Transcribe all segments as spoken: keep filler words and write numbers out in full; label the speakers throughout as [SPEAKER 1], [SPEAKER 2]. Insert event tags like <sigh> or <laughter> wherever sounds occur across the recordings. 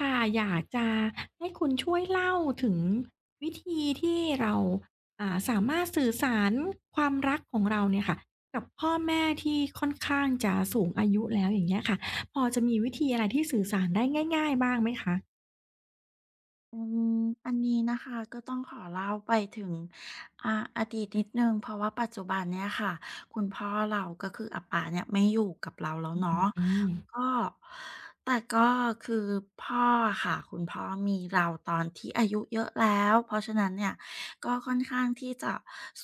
[SPEAKER 1] ค่ะอยากจะให้คุณช่วยเล่าถึงวิธีที่เราอ่าสามารถสื่อสารความรักของเราเนี่ยค่ะกับพ่อแม่ที่ค่อนข้างจะสูงอายุแล้วอย่างเงี้ยค่ะพอจะมีวิธีอะไรที่สื่อสารได้ง่ายๆบ้างไหมคะ
[SPEAKER 2] อืมอันนี้นะคะก็ต้องขอเล่าไปถึงอาอดีตนิดหนึ่งเพราะว่าปัจจุบันเนี่ยค่ะคุณพ่อเราก็คืออาป๋าเนี่ยไม่อยู่กับเราแล้วเนาะ
[SPEAKER 1] อืม
[SPEAKER 2] ก็แต่ก็คือพ่ออะค่ะคุณพ่อมีเราตอนที่อายุเยอะแล้วเพราะฉะนั้นเนี่ยก็ค่อนข้างที่จะ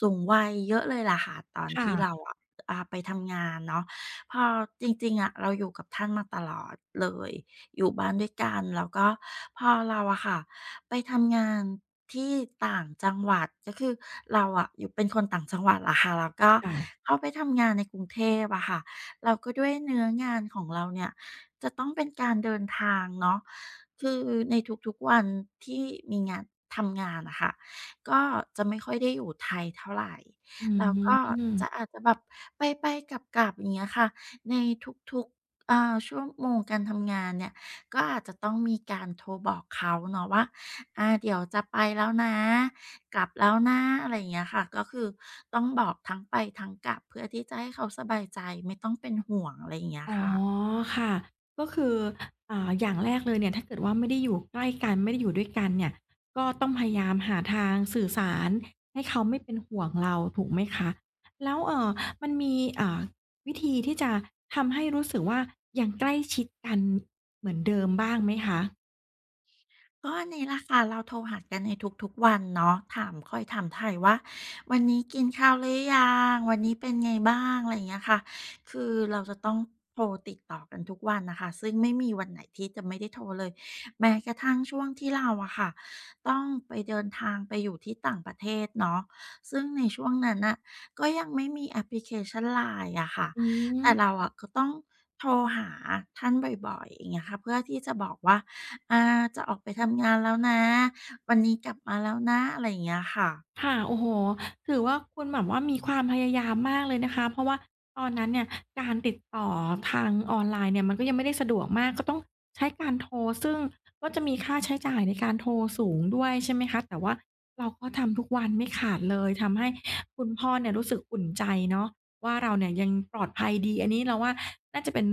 [SPEAKER 2] สูงวัยเยอะเลยล่ะค่ะตอน
[SPEAKER 1] ค่
[SPEAKER 2] ที่เราอะอ่าไปทำงานเนาะพอจริงๆอะเราอยู่กับท่านมาตลอดเลยอยู่บ้านด้วยกันแล้วก็พอเราอะค่ะ ไปทำงานที่ต่างจังหวัดก็คือเราอะอยู่เป็นคนต่างจังหวัดอะค่ะแล้วก็
[SPEAKER 1] ะๆ
[SPEAKER 2] เข้าไปทำงานในกรุงเทพอะค่ะแล้วก็ด้วยเนื้องานของเราเนี่ยจะต้องเป็นการเดินทางเนาะคือในทุกๆวันที่มีงานทำงานอะค่ะก็จะไม่ค่อยได้อยู่ไทยเท่าไร
[SPEAKER 1] อื
[SPEAKER 2] แล้วก็จะ
[SPEAKER 1] ม
[SPEAKER 2] อาจจะแบบไปๆกลับๆอย่างเงี้ยค่ะในทุกๆอ่าชั่วโมงการทำงานเนี่ย ก็อาจจะต้องมีการโทรบอกเขาเนาะว่าอ่าเดี๋ยวจะไปแล้วนะ กลับแล้วนะอะไรอย่างเงี้ยค่ะ ก็คือต้องบอกทั้งไปทั้งกลับเพื่อที่จะให้เขาสบายใจไม่ต้องเป็นห่วงอะไรอย่างเงี้ย
[SPEAKER 1] อ๋อ
[SPEAKER 2] ค่ะ
[SPEAKER 1] ค่ะก็คืออ่าอย่างแรกเลยเนี่ยถ้าเกิดว่าไม่ได้อยู่ใกล้กันไม่ได้อยู่ด้วยกันเนี่ยก็ต้องพยายามหาทางสื่อสารให้เขาไม่เป็นห่วงเราถูกไหมคะแล้วเอ่อมันมีอ่าวิธีที่จะทำให้รู้สึกว่ายังใกล้ชิดกันเหมือนเดิมบ้างไหมคะ
[SPEAKER 2] ก็อันนี่ล่ะค่ะเราโทรหากันในทุกๆวันเนาะถามคอยถามไถ่ายว่าวันนี้กินข้าวหรือยังวันนี้เป็นไงบ้างอะไรอย่างเงี้ยค่ะคือเราจะต้องโทรติดต่อกันทุกวันนะคะซึ่งไม่มีวันไหนที่จะไม่ได้โทรเลยแม้กระทั่งช่วงที่เราอะค่ะต้องไปเดินทางไปอยู่ที่ต่างประเทศเนาะซึ่งในช่วงนั้นอะก็ยังไม่มีแอปพลิเคชันไลน์อะค่ะ
[SPEAKER 1] อื
[SPEAKER 2] แต่เรา
[SPEAKER 1] ม
[SPEAKER 2] อะก็ต้องโทรหาท่านบ่อยๆอย่างเงี้ยค่ะเพื่อที่จะบอกว่า อาจะออกไปทำงานแล้วนะ วันนี้กลับมาแล้วนะอะไรอย่างเงี้ยค่ะ
[SPEAKER 1] ค่ะโอ้โฮถือว่าคุณแบบว่ามีความพยายามมากเลยนะคะ เพราะว่าตอนนั้นเนี่ย การติดต่อทางออนไลน์เนี่ยมันก็ยังไม่ได้สะดวกมาก ก็ต้องใช้การโทร ซึ่งก็จะมีค่าใช้จ่ายในการโทรสูงด้วยใช่ไหมคะแต่ว่าเราก็ทำทุกวันไม่ขาดเลย ทำให้คุณพ่อเนี่ยรู้สึกอุ่นใจเนาะว่าเราเนี่ยยังปลอดภัยดีอันนี้เราว่าน่าจะเป็น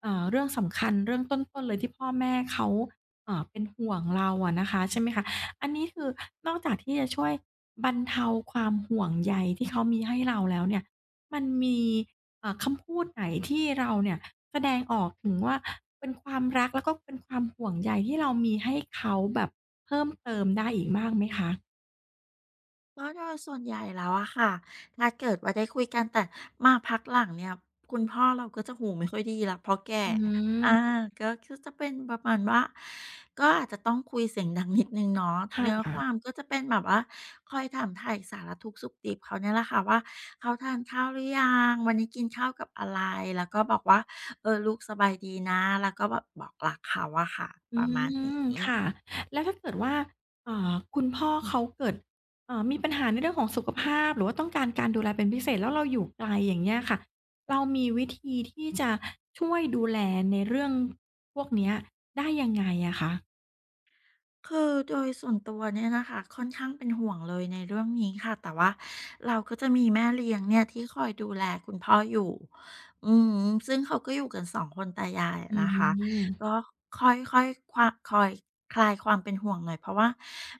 [SPEAKER 1] เอ่อเรื่องสำคัญเรื่องต้นๆเลยที่พ่อแม่เขาเอ่อเป็นห่วงเราอะนะคะใช่ไหมคะ อันนี้คือนอกจากที่จะช่วยบรรเทาความห่วงใยที่เขามีให้เราแล้วเนี่ยมันมีเอ่อคำพูดไหนที่เราเนี่ยแสดงออกถึงว่าเป็นความรักแล้วก็เป็นความห่วงใยที่เรามีให้เขาแบบเพิ่มเติมได้อีกบ้างไหมคะ
[SPEAKER 2] ก็โดยส่วนใหญ่แล้วอะค่ะถ้าเกิดว่าได้คุยกันแต่มาพักหลังเนี่ยคุณพ่อเราก็จะหูไม่ค่อยดีแล้วเพราะแก่
[SPEAKER 1] อืม
[SPEAKER 2] อาก็ก็จะเป็นประมาณว่าก็อาจจะต้องคุยเสียงดังนิดหนึ่งเนาะ
[SPEAKER 1] ค่
[SPEAKER 2] เนื้อควา
[SPEAKER 1] ะ
[SPEAKER 2] มก็จะเป็นแบบว่าคอยถามไถ่สารทุกข์สุกดิบเขาเนี่ยแหละค่ะว่าเขาทานข้าวหรือยังวันนี้กินข้าวกับอะไรแล้วก็บอกว่าเออลูกสบายดีนะแล้วก็แบบบอกรักเขาอะค่ะป
[SPEAKER 1] อื
[SPEAKER 2] ระมาณ
[SPEAKER 1] ม
[SPEAKER 2] นี้
[SPEAKER 1] ค่ะแล้วถ้าเกิดว่าอ่าคุณพ่อเขาเกิดเอ่อมีปัญหาในเรื่องของสุขภาพหรือว่าต้องการการดูแลเป็นพิเศษแล้วเราอยู่ไกลอย่างเงี้ยค่ะเรามีวิธีที่จะช่วยดูแลในเรื่องพวกเนี้ยได้ยังไงอะคะ
[SPEAKER 2] คือโดยส่วนตัวเนี่ยนะคะค่อนข้างเป็นห่วงเลยในเรื่องนี้ค่ะแต่ว่าเราก็จะมีแม่เลี้ยงเนี่ยที่คอยดูแลคุณพ่ออยู่อืมซึ่งเขาก็อยู่กันสองคนตายายอะ
[SPEAKER 1] อื
[SPEAKER 2] นะคะก็
[SPEAKER 1] ม
[SPEAKER 2] ค่อยค่อยควาคอยคลายความเป็นห่วงหน่อยเพราะว่า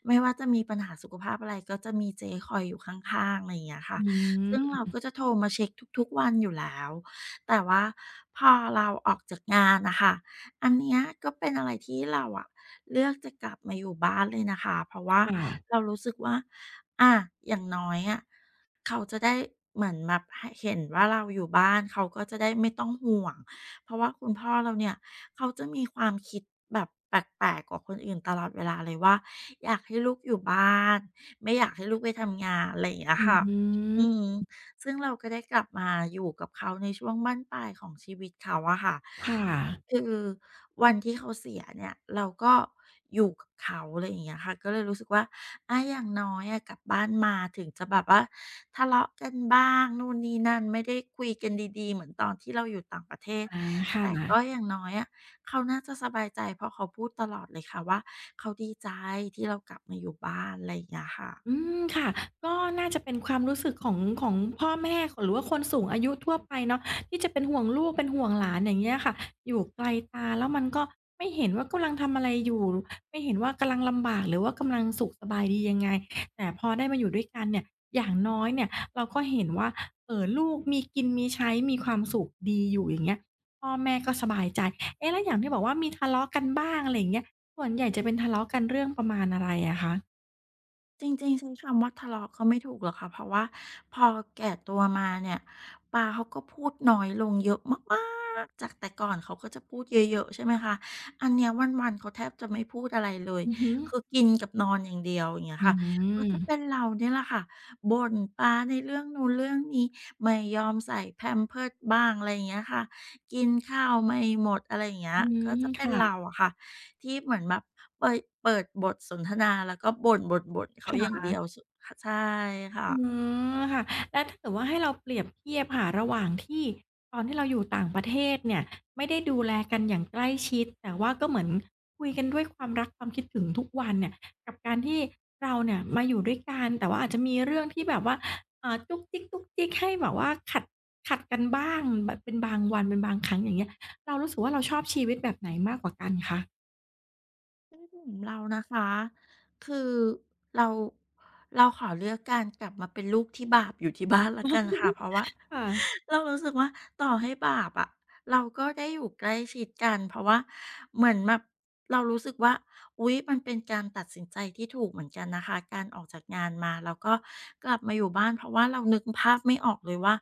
[SPEAKER 2] ไม่ว่าจะมีปัญหาสุขภาพอะไรก็จะมีเจคอยอยู่ข้างๆอะไรอย่างเงี้ยค่ะ
[SPEAKER 1] อื
[SPEAKER 2] ซึ่ง
[SPEAKER 1] ม
[SPEAKER 2] เราก็จะโทรมาเช็คทุกๆวันอยู่แล้วแต่ว่าพอเราออกจากงานนะคะอันเนี้ยก็เป็นอะไรที่เราอะ เลือกจะกลับมาอยู่บ้านเลยนะคะเพราะว่า
[SPEAKER 1] ค่ะ
[SPEAKER 2] เรารู้สึกว่าอะอย่างน้อยอะเขาจะได้เหมือนแบบใหเห็นว่าเราอยู่บ้านเขาก็จะได้ไม่ต้องห่วงเพราะว่าคุณพ่อเราเนี่ยเขาจะมีความคิดแบบแปลกๆกว่าคนอื่นตลอดเวลาเลยว่าอยากให้ลูกอยู่บ้านไม่อยากให้ลูกไปทำงานอะไรอย่างเงี้ย
[SPEAKER 1] อื
[SPEAKER 2] ค่ะ
[SPEAKER 1] ม
[SPEAKER 2] อืมซึ่งเราก็ได้กลับมาอยู่กับเขาในช่วงบั้นปลายของชีวิตเขาอะค่ะ
[SPEAKER 1] ค่ะ
[SPEAKER 2] คือวันที่เขาเสียเนี่ยเราก็อยู่กับเขาอะไรอย่างเงี้ยค่ะก็เลยรู้สึกว่าอะอย่างน้อยอะกลับบ้านมาถึงจะแบบว่าทะเลาะกันบ้างนู่นนี่นั่นไม่ได้คุยกันดีๆเหมือนตอนที่เราอยู่ต่างประเทศ
[SPEAKER 1] อาค
[SPEAKER 2] แต่ก็
[SPEAKER 1] ่ะ
[SPEAKER 2] อย่างน้อยอะเขาน่าจะสบายใจเพราะเขาพูดตลอดเลยค่ะว่าเขาดีใจที่เรากลับมาอยู่บ้านอะไรอย่างเงี้ย
[SPEAKER 1] อื
[SPEAKER 2] ค่ะ
[SPEAKER 1] มค่ะก็น่าจะเป็นความรู้สึกของของพ่อแม่ขหรือว่าคนสูงอายุทั่วไปเนาะที่จะเป็นห่วงลูกเป็นห่วงหลานอย่างเงี้ยค่ะอยู่ไกลตาแล้วมันก็ไม่เห็นว่ากำลังทำอะไรอยู่ไม่เห็นว่ากำลังลำบากหรือว่ากำลังสุขสบายดียังไงแต่พอได้มาอยู่ด้วยกันเนี่ยอย่างน้อยเนี่ยเราก็เห็นว่าเอ่อลูกมีกินมีใช้มีความสุขดีอยู่อย่างเงี้ยพ่อแม่ก็สบายใจเอ๊ะแล้วอย่างที่บอกว่ามีทะเลาะกันบ้างอะไรอย่างเงี้ยส่วนใหญ่จะเป็นทะเลาะกันเรื่องประมาณอะไรอะคะ
[SPEAKER 2] จริงๆใช้คำว่าทะเลาะก็ไม่ถูกหรอกค่ะเพราะว่าพอแก่ตัวมาเนี่ยปาเขาก็พูดน้อยลงเยอะมากๆจากแต่ก่อนเขาก็จะพูดเยอะๆใช่ไหมคะอันเนี้ยวันๆเขาแทบจะไม่พูดอะไรเลย
[SPEAKER 1] อือฮึ
[SPEAKER 2] คือกินกับนอนอย่างเดียวอย่างเงี้ย
[SPEAKER 1] อื
[SPEAKER 2] ค่ะก็
[SPEAKER 1] ม
[SPEAKER 2] จะเป็นเราเนี่ยแหละค่ะบ่นปาในเรื่องนู้นเรื่องนี้ไม่ยอมใส่ Pampers บ้างอะไรอย่างเงี้ยค่ะกินข้าวไม่หมดอะไรอย่างเงี้ย
[SPEAKER 1] อื
[SPEAKER 2] ก็
[SPEAKER 1] ม
[SPEAKER 2] จะเป็น
[SPEAKER 1] ค่ะ
[SPEAKER 2] เราอะค่ะที่เหมือนแบบ เปยเปิดบทสนทนาแล้วก็บ่นๆๆเขา
[SPEAKER 1] ค่
[SPEAKER 2] อย่างเดียว
[SPEAKER 1] ะ
[SPEAKER 2] สคะใช่
[SPEAKER 1] อื
[SPEAKER 2] ค่ะ
[SPEAKER 1] มค่ะแล้วถ้าเกิดว่าให้เราเปรียบเทียบค่ะระหว่างที่ตอนที่เราอยู่ต่างประเทศเนี่ยไม่ได้ดูแลกันอย่างใกล้ชิดแต่ว่าก็เหมือนคุยกันด้วยความรักความคิดถึงทุกวันเนี่ยกับการที่เราเนี่ยมาอยู่ด้วยกันแต่ว่าอาจจะมีเรื่องที่แบบว่าเอ่าจุ๊กจิ๊กจุ๊กจิ๊กให้แบบว่าขัดขัดกันบ้างแบบเป็นบางวันเป็นบางครั้งอย่างเงี้ยเรารู้สึกว่าเราชอบชีวิตแบบไหนมากกว่ากันคะ
[SPEAKER 2] กลุ่มเรานะคะคือเราเราขอเลือกการกลับมาเป็นลูกที่บาปอยู่ที่บ้านแล้วกันค่ะเพราะว่า
[SPEAKER 1] ค่ะ
[SPEAKER 2] <laughs> เรารู้สึกว่าต่อให้บาปอะเราก็ได้อยู่ใกล้ชิดกันเพราะว่าเหมือนแบบเรารู้สึกว่าอุ๊ยมันเป็นการตัดสินใจที่ถูกเหมือนกันนะคะการออกจากงานมาแล้วก็กลับมาอยู่บ้านเพราะว่าเรานึกภาพไม่ออกเลยว่า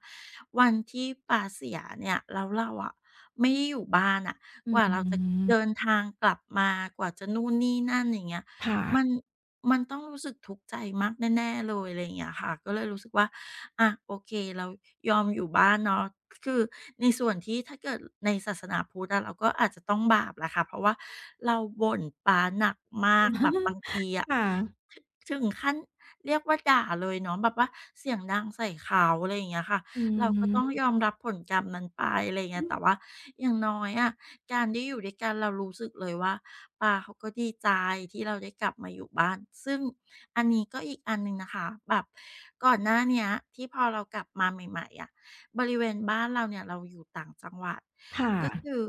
[SPEAKER 2] วันที่ป่าเสียเนี่ยแล้วเราอะไม่ได้อยู่บ้านอะ
[SPEAKER 1] อื
[SPEAKER 2] กว่าเราจะเดิน
[SPEAKER 1] ม
[SPEAKER 2] ทางกลับมากว่าจะนู่นนี่นั่นอย่างเงี้ย
[SPEAKER 1] ค่
[SPEAKER 2] มันมันต้องรู้สึกทุกข์ใจมากแน่ๆเลยอะไรอย่างเงี้ยค่ะก็เลยรู้สึกว่าอะโอเคเรายอมอยู่บ้านเนาะคือในส่วนที่ถ้าเกิดในศาสนาพุทธอะเราก็อาจจะต้องบาปแหละค่ะเพราะว่าเราบ่นป๊าหนักมากแบบ
[SPEAKER 1] ะ
[SPEAKER 2] บางทีอะ
[SPEAKER 1] ค่ะ
[SPEAKER 2] ถึงขั้นเรียกว่าด่าเลยเนาะแบบว่าเสียงดังใส่เขาอะไรอย่างเงี้ยค่ะ
[SPEAKER 1] อื
[SPEAKER 2] เราก็ต้องย
[SPEAKER 1] ม
[SPEAKER 2] อมรับผลกรรมนั้นไปอะไรอย่างเงี้ยแต่ว่าอย่างน้อยอะการได้อยู่ด้วยกันเรารู้สึกเลยว่าป้าเขาก็ดีใจที่เราได้กลับมาอยู่บ้านซึ่งอันนี้ก็อีกอันหนึ่งนะคะแบบก่อนหน้าเนี้ยที่พอเรากลับมาใหม่ๆอะบริเวณบ้านเราเนี่ยเราอยู่ต่างจังหวัด
[SPEAKER 1] ค่ะ
[SPEAKER 2] ก็คือ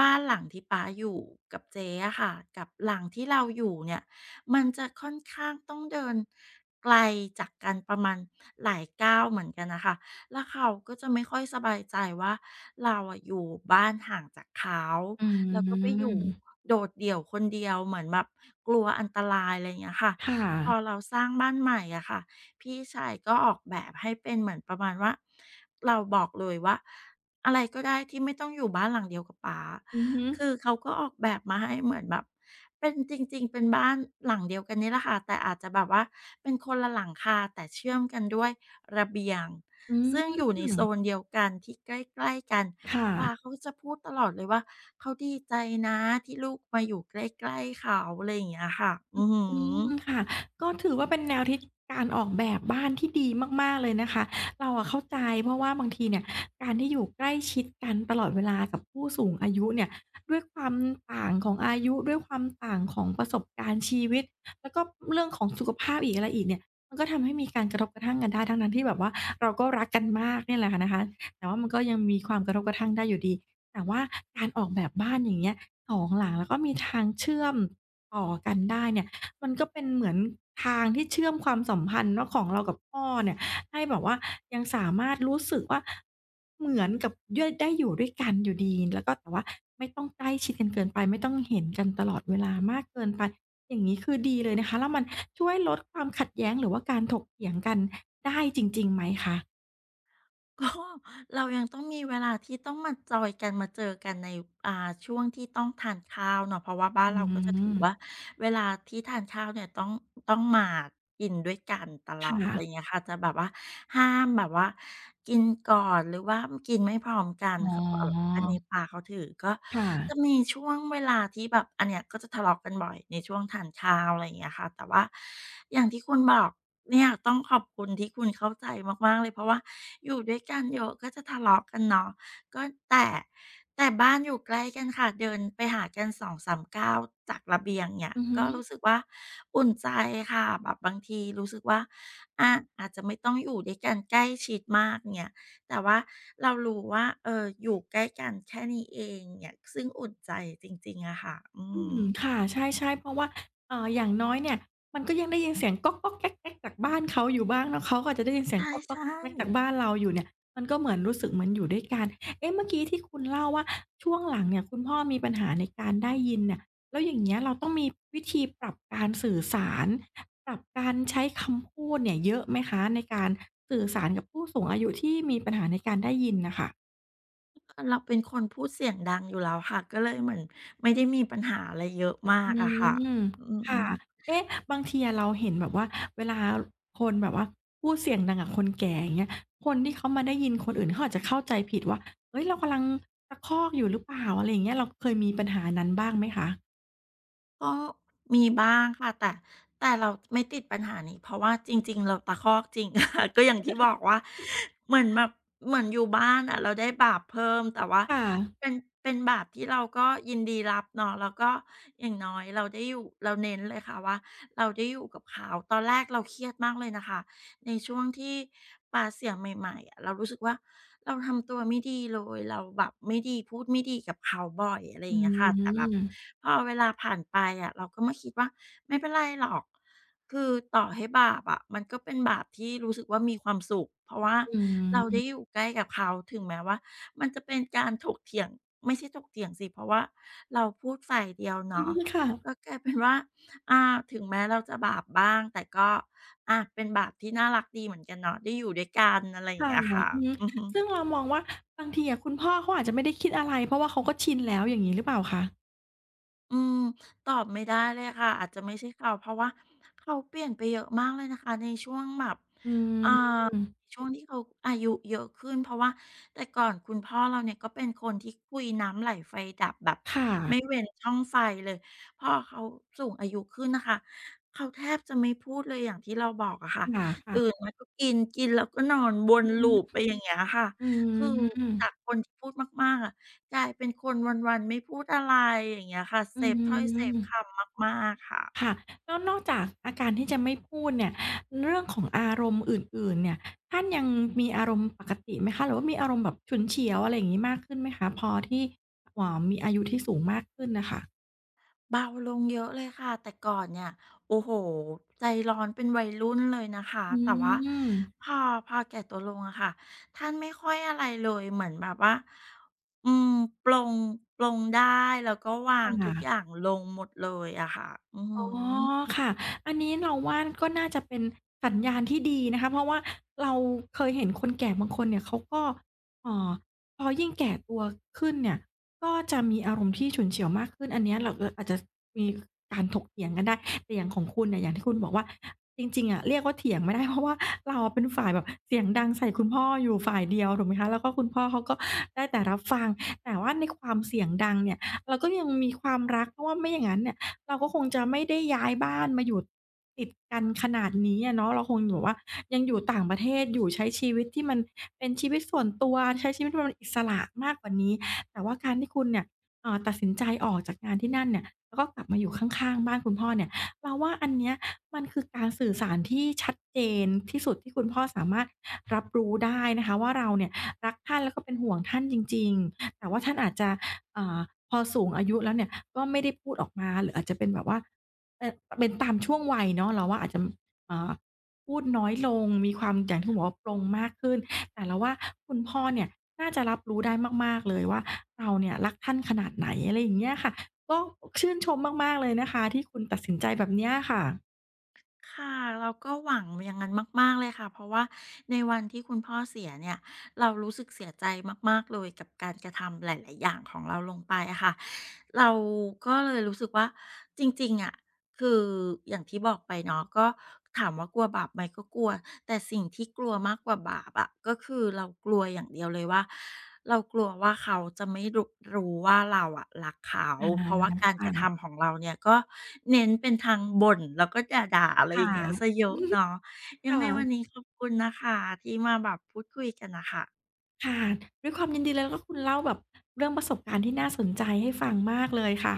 [SPEAKER 2] บ้านหลังที่ป๊าอยู่กับเจ๊อะค่ะกับหลังที่เราอยู่เนี่ย มันจะค่อนข้างต้องเดินไกลจากกันประมาณหลายก้าวเหมือนกันนะค่ะแล้วเขาก็จะไม่ค่อยสบายใจว่าเราอะอยู่บ้านห่างจากเขา
[SPEAKER 1] อื
[SPEAKER 2] แล้วก็ไปอยู่
[SPEAKER 1] ม
[SPEAKER 2] โดดเดี่ยวคนเดียวเหมือนแบบกลัวอันตรายอะไรอย่างเงี้ยค่ะ
[SPEAKER 1] ค่
[SPEAKER 2] พอ
[SPEAKER 1] ะ
[SPEAKER 2] เราสร้างบ้านใหม่อะค่ะ พี่ชายก็ออกแบบให้เป็นเหมือนประมาณว่าเราบอกเลยว่าอะไรก็ได้ที่ไม่ต้องอยู่บ้านหลังเดียวกับป๋า
[SPEAKER 1] อือฮึ
[SPEAKER 2] คือเขาก็ออกแบบมาให้เหมือนแบบเป็นจริงๆเป็นบ้านหลังเดียวกันนี่แหละค่ะแต่อาจจะแบบว่าเป็นคนละหลังคาแต่เชื่อมกันด้วยระเบียง
[SPEAKER 1] อื
[SPEAKER 2] ซึ่งอยู่ในโซ
[SPEAKER 1] ม
[SPEAKER 2] นเดียวกันที่ใกล้ๆกัน
[SPEAKER 1] ค
[SPEAKER 2] ปา
[SPEAKER 1] ่ะ
[SPEAKER 2] เขาจะพูดตลอดเลยว่าเขาดีใจนะที่ลูกมาอยู่ใกล้ๆเขาอะไรอย่างเงี้ยค่ะอือฮึ
[SPEAKER 1] อืมค่ะก็ถือว่าเป็นแนวทิศการออกแบบบ้านที่ดีมากๆเลยนะคะเราอะเข้าใจเพราะว่าบางทีเนี่ยการที่อยู่ใกล้ชิดกันตลอดเวลากับผู้สูงอายุเนี่ยด้วยความต่างของอายุด้วยความต่างของประสบการณ์ชีวิตแล้วก็เรื่องของสุขภาพอีกอะไรอีกเนี่ยมันก็ทำให้มีการกระทบกระทั่งกันได้ทั้งๆที่แบบว่าเราก็รักกันมากเนี่ยแหละค่ะนะคะแต่ว่ามันก็ยังมีความกระทบกระทั่งได้อยู่ดีแต่ว่าการออกแบบบ้านอย่างเงี้ยสองหลังแล้วก็มีทางเชื่อมต่อกันได้เนี่ย มันก็เป็นเหมือนทางที่เชื่อมความสัมพันธ์เนาะของเรากับพ่อเนี่ยให้แบบว่ายังสามารถรู้สึกว่าเหมือนกับเย่ยได้อยู่ด้วยกันอยู่ดีแล้วก็แต่ว่าไม่ต้องใกล้ชิดกันเกินไปไม่ต้องเห็นกันตลอดเวลามากเกินไปอย่างงี้คือดีเลยนะคะแล้วมันช่วยลดความขัดแย้งหรือว่าการถกเถียงกันได้จริงๆไหมคะ
[SPEAKER 2] ก็ <laughs> เรายังต้องมีเวลาที่ต้องมาจอยกันมาเจอกันในอ่าช่วงที่ต้องทานข้าวเนาะเพราะว่าบ้าน
[SPEAKER 1] อื
[SPEAKER 2] เราก็จะถือว่า
[SPEAKER 1] ม
[SPEAKER 2] เวลาที่ทานข้าวเนี่ยต้องต้องมากินด้วยกันต
[SPEAKER 1] ค
[SPEAKER 2] ลอดอะไรอย่าง
[SPEAKER 1] ่ะ
[SPEAKER 2] เงี้ยค่ะจะแบบว่าห้ามแบบว่ากินก่อนหรือว่ากินไม่พร้อมกัน
[SPEAKER 1] อ๋
[SPEAKER 2] เขเอบอ
[SPEAKER 1] อ
[SPEAKER 2] อันนี้ปาเขาถือก็
[SPEAKER 1] ค่ะ
[SPEAKER 2] จะมีช่วงเวลาที่แบบอันเนี้ยก็จะทะเลาะกันบ่อยในช่วงทานข้าวอะไรอย่างเงี้ยค่ะแต่ว่าอย่างที่คุณบอก เนี่ยต้องขอบคุณที่คุณเข้าใจมากๆเลยเพราะว่าอยู่ด้วยกันเยอะก็จะทะเลาะกันเนาะก็แต่แต่บ้านอยู่ใกล้กันค่ะเดินไปหากันสองสามก้าวจากระเบียงเนี่ย
[SPEAKER 1] อือฮึ
[SPEAKER 2] ก็รู้สึกว่าอุ่นใจค่ะแบบบางทีรู้สึกว่าอาอาจจะไม่ต้องอยู่ด้วยกันใกล้ชิดมากเนี่ยแต่ว่าเรารู้ว่าเอออยู่ใกล้กันแค่นี้เองเนี่ยซึ่งอุ่นใจจริงๆอะค่ะอือ
[SPEAKER 1] อืม
[SPEAKER 2] ฮึ
[SPEAKER 1] ค่ะใช่ๆเพราะว่าเอ่ออย่างน้อยเนี่ยมันก็ยังได้ยินเสียงก๊อกๆแก๊กๆจากบ้านเขาอยู่บ้างเนาะเขาก็อาจจะได้ยินเสียงก๊อกๆแก
[SPEAKER 2] ใช่
[SPEAKER 1] ๊กๆจาก
[SPEAKER 2] ๆ
[SPEAKER 1] บ้านเราอยู่เนี่ยมันก็เหมือนรู้สึกเหมือนอยู่ด้วยกันเอ๊ะเมื่อกี้ที่คุณเล่าว่าช่วงหลังเนี่ยคุณพ่อมีปัญหาในการได้ยินเนี่ยแล้วอย่างเงี้ยเราต้องมีวิธีปรับการสื่อสารปรับการใช้คำพูดเนี่ยเยอะไหมคะในการสื่อสารกับผู้สูงอายุที่มีปัญหาในการได้ยินน่ะค่ะ
[SPEAKER 2] เราเป็นคนพูดเสียงดังอยู่แล้วค่ะก็เลยเหมือนไม่ได้มีปัญหาอะไรเยอะ
[SPEAKER 1] อ
[SPEAKER 2] มา
[SPEAKER 1] ื
[SPEAKER 2] กอะค่ะ
[SPEAKER 1] ม
[SPEAKER 2] อื
[SPEAKER 1] ค่ะ
[SPEAKER 2] มๆ
[SPEAKER 1] เอ๊ะบางทีอะเราเห็นแบบว่าเวลาคนแบบว่าพูดเสียงดังกับคนแก่อย่างเงี้ยคนที่เขามาได้ยินคนอื่นเขาอาจจะเข้าใจผิดว่าเฮ้ยเรากำลังตะคอกอยู่หรือเปล่าอะไรอย่างเงี้ยเราเคยมีปัญหานั้นบ้างไหมคะ
[SPEAKER 2] ก็มีบ้างค่ะแต่แต่เราไม่ติดปัญหานี้เพราะว่าจริงๆเราตะคอกจริง <laughs> ค่ะก็อย่างที่บอกว่าเหมือนแบบเหมือนอยู่บ้านอะเราได้บาปเพิ่มแต่ว่า
[SPEAKER 1] ค่ะ
[SPEAKER 2] เป็นเป็นบาปที่เราก็ยินดีรับเนาะแล้วก็อย่างน้อยเราได้อยู่เราเน้นเลยค่ะว่าเราได้อยู่กับเขาตอนแรกเราเครียดมากเลยนะคะในช่วงที่ปาเสียงใหม่ๆอะเรารู้สึกว่า เราทำตัวไม่ดีเลย เราแบบไม่ดีพูดไม่ดีกับเขาบ่อยอะไรอ
[SPEAKER 1] อื
[SPEAKER 2] ย่างเงี้ยค่ะแต่แบบ
[SPEAKER 1] ม
[SPEAKER 2] พอเวลาผ่านไปอะเราก็มาคิดว่าไม่เป็นไรหรอก คือต่อให้บาปอะมันก็เป็นบาปที่รู้สึกว่ามีความสุข เพราะว่า
[SPEAKER 1] อื
[SPEAKER 2] เราได้อ
[SPEAKER 1] ม
[SPEAKER 2] ยู่ใกล้กับเขาถึงแม้ว่ามันจะเป็นการถกเถียงไม่ใช่ถกเถียงสิเพราะว่าเราพูดฝ่ายเดียว
[SPEAKER 1] อื
[SPEAKER 2] เนาะ
[SPEAKER 1] มค่ะ
[SPEAKER 2] ก็กลายเป็นว่าอาถึงแม้เราจะบาปบ้างแต่ก็อาเป็นบาปที่น่ารักดีเหมือนกันเนาะได้อยู่ด้วยกันอะไรอย่าง
[SPEAKER 1] ค่ะ
[SPEAKER 2] เงี้ยค่ะ
[SPEAKER 1] อือฮึ
[SPEAKER 2] อือฮึ
[SPEAKER 1] ซึ่งเรามองว่าบางทีอะคุณพ่อเขาอาจจะไม่ได้คิดอะไรเพราะว่าเขาก็ชินแล้วอย่างงี้หรือเปล่าคะ
[SPEAKER 2] อืมตอบไม่ได้เลยค่ะอาจจะไม่ใช่เขาเพราะว่าเขาเปลี่ยนไปเยอะมากเลยนะคะในช่วงแบบ
[SPEAKER 1] อืม
[SPEAKER 2] ช่วงที่เขาอายุเยอะขึ้นเพราะว่าแต่ก่อนคุณพ่อเราเนี่ยก็เป็นคนที่คุยน้ำไหลไฟดับแบบ
[SPEAKER 1] ค่ะ
[SPEAKER 2] ไม่เว้นช่องไฟเลยพอเขาสูงอายุขึ้นนะคะเขาแทบจะไม่พูดเลยอย่างที่เราบอกอะค่ะ
[SPEAKER 1] ค่ะ
[SPEAKER 2] ตื่นมาก็กินกินแล้วก็นอนว
[SPEAKER 1] ๆ
[SPEAKER 2] น
[SPEAKER 1] อื
[SPEAKER 2] ลูปไป
[SPEAKER 1] ม
[SPEAKER 2] อย่างเงี้ยค่ะ
[SPEAKER 1] อื
[SPEAKER 2] คือ
[SPEAKER 1] ม
[SPEAKER 2] จากคนที่พูดมากๆอะกลายเป็นคนวันๆไม่พูดอะไรอย่างเงี้ยค่ะ
[SPEAKER 1] อื
[SPEAKER 2] เซฟถ้อยเซฟค
[SPEAKER 1] ม
[SPEAKER 2] ำมากๆค่ะ
[SPEAKER 1] ค่ะแล้วนอกจากอาการที่จะไม่พูดเนี่ยเรื่องของอารมณ์อื่นๆเนี่ยท่านยังมีอารมณ์ปกติไหมคะหรือว่ามีอารมณ์แบบฉุนเฉียวอะไรอย่างงี้มากขึ้นไหมคะพอที่อ่ามีอายุที่สูงมากขึ้นน่ะค่ะ
[SPEAKER 2] เบาลงเยอะเลยค่ะแต่ก่อนเนี่ยโอ้โฮใจร้อนเป็นวัยรุ่นเลยนะคะ
[SPEAKER 1] อื
[SPEAKER 2] แต่ว่าพ
[SPEAKER 1] ม
[SPEAKER 2] อพอแก่ตัวลงอะค่ะท่านไม่ค่อยอะไรเลยเหมือนแบบว่าอืมปลงปลงได้แล้วก็วางทุ
[SPEAKER 1] ค่ะ
[SPEAKER 2] กอย่างลงหมดเลยอะค่ะอือฮึ
[SPEAKER 1] อ๋อค่ะอันนี้เราว่าก็น่าจะเป็นสัญญาณที่ดีนะคะเพราะว่าเราเคยเห็นคนแก่บางคนเนี่ยเขาก็เอ่อพอยิ่งแก่ตัวขึ้นเนี่ยก็จะมีอารมณ์ที่ฉุนเฉียวมากขึ้นอันเนี้ยเราเออาจจะมีการถกเถียงกันได้แต่อย่างของคุณเนี่ยอย่างที่คุณบอกว่าจริงๆอะเรียกว่าเถียงไม่ได้ <laughs> เพราะว่าเราอะเป็นฝ่ายแบบเสียงดังใส่คุณพ่ออยู่ฝ่ายเดียวถูกไหมคะแล้วก็คุณพ่อเขาก็ได้แต่รับฟังแต่ว่าในความเสียงดังเนี่ยเราก็ยังมีความรักเพราะว่าไม่อย่างงั้นเนี่ย เราก็คงจะไม่ได้ย้ายบ้านมาอยู่ติดกันขนาดนี้อะเนาะเราคงแบบว่ายังอยู่ต่างประเทศอยู่ใช้ชีวิตที่มันเป็นชีวิตส่วนตัวใช้ชีวิตที่มันอิสระมากกว่านี้แต่ว่าการที่คุณเนี่ยเอ่อตัดสินใจออกจากงานที่นั่นเนี่ยแล้วก็กลับมาอยู่ข้างๆบ้านคุณพ่อเนี่ยเราว่าอันเนี้ยมันคือการสื่อสารที่ชัดเจนที่สุดที่คุณพ่อสามารถรับรู้ได้นะคะว่าเราเนี่ยรักท่านแล้วก็เป็นห่วงท่านจริงๆแต่ว่าท่านอาจจะอ่าพอสูงอายุแล้วเนี่ย ก็ไม่ได้พูดออกมาหรืออาจจะเป็นแบบว่าเอ่อเป็นตามช่วงวัยเนาะเราว่าอาจจะเอ่อพูดน้อยลงมีความอย่างที่คุณบอกว่าปลงมากขึ้นแต่เราว่าคุณพ่อเนี่ยน่าจะรับรู้ได้มากๆเลยว่าเราเนี่ยรักท่านขนาดไหนอะไรอย่างเงี้ยค่ะก็ชื่นชมมากๆเลยนะคะที่คุณตัดสินใจแบบเนี้ยค่ะ
[SPEAKER 2] ค่ะเราก็หวังอย่างงั้นมากๆเลยค่ะเพราะว่าในวันที่คุณพ่อเสียเนี่ยเรารู้สึกเสียใจมากๆเลยกับการกระทำหลายๆอย่างของเราลงไปอะค่ะ เราก็เลยรู้สึกว่าจริงๆอะคืออย่างที่บอกไปเนาะก็ถามว่ากลัวบาปไหมก็กลัวแต่สิ่งที่กลัวมากกว่าบาปอะก็คือเรากลัวอย่างเดียวเลยว่าเรากลัวว่าเขาจะไม่รุรู้ว่าเราอะรักเขา
[SPEAKER 1] อา
[SPEAKER 2] เพราะว่าการกระ
[SPEAKER 1] ค่ะ
[SPEAKER 2] ทำของเราเนี่ยก็เน้นเป็นทางบ่นแล้วก็ด่าๆอะไรอ
[SPEAKER 1] ค่ะ
[SPEAKER 2] ย่างเงี้ยเสียเยอะเนาะ
[SPEAKER 1] <laughs>
[SPEAKER 2] ยังไง
[SPEAKER 1] ค่ะ
[SPEAKER 2] วันนี้ขอบคุณนะคะที่มาแบบพูดคุยกันน่ะค่ะ
[SPEAKER 1] ค่ะด้วยความยินดีเลยแล้วก็คุณเล่าแบบเรื่องประสบการณ์ที่น่าสนใจให้ฟังมากเลยค่ะ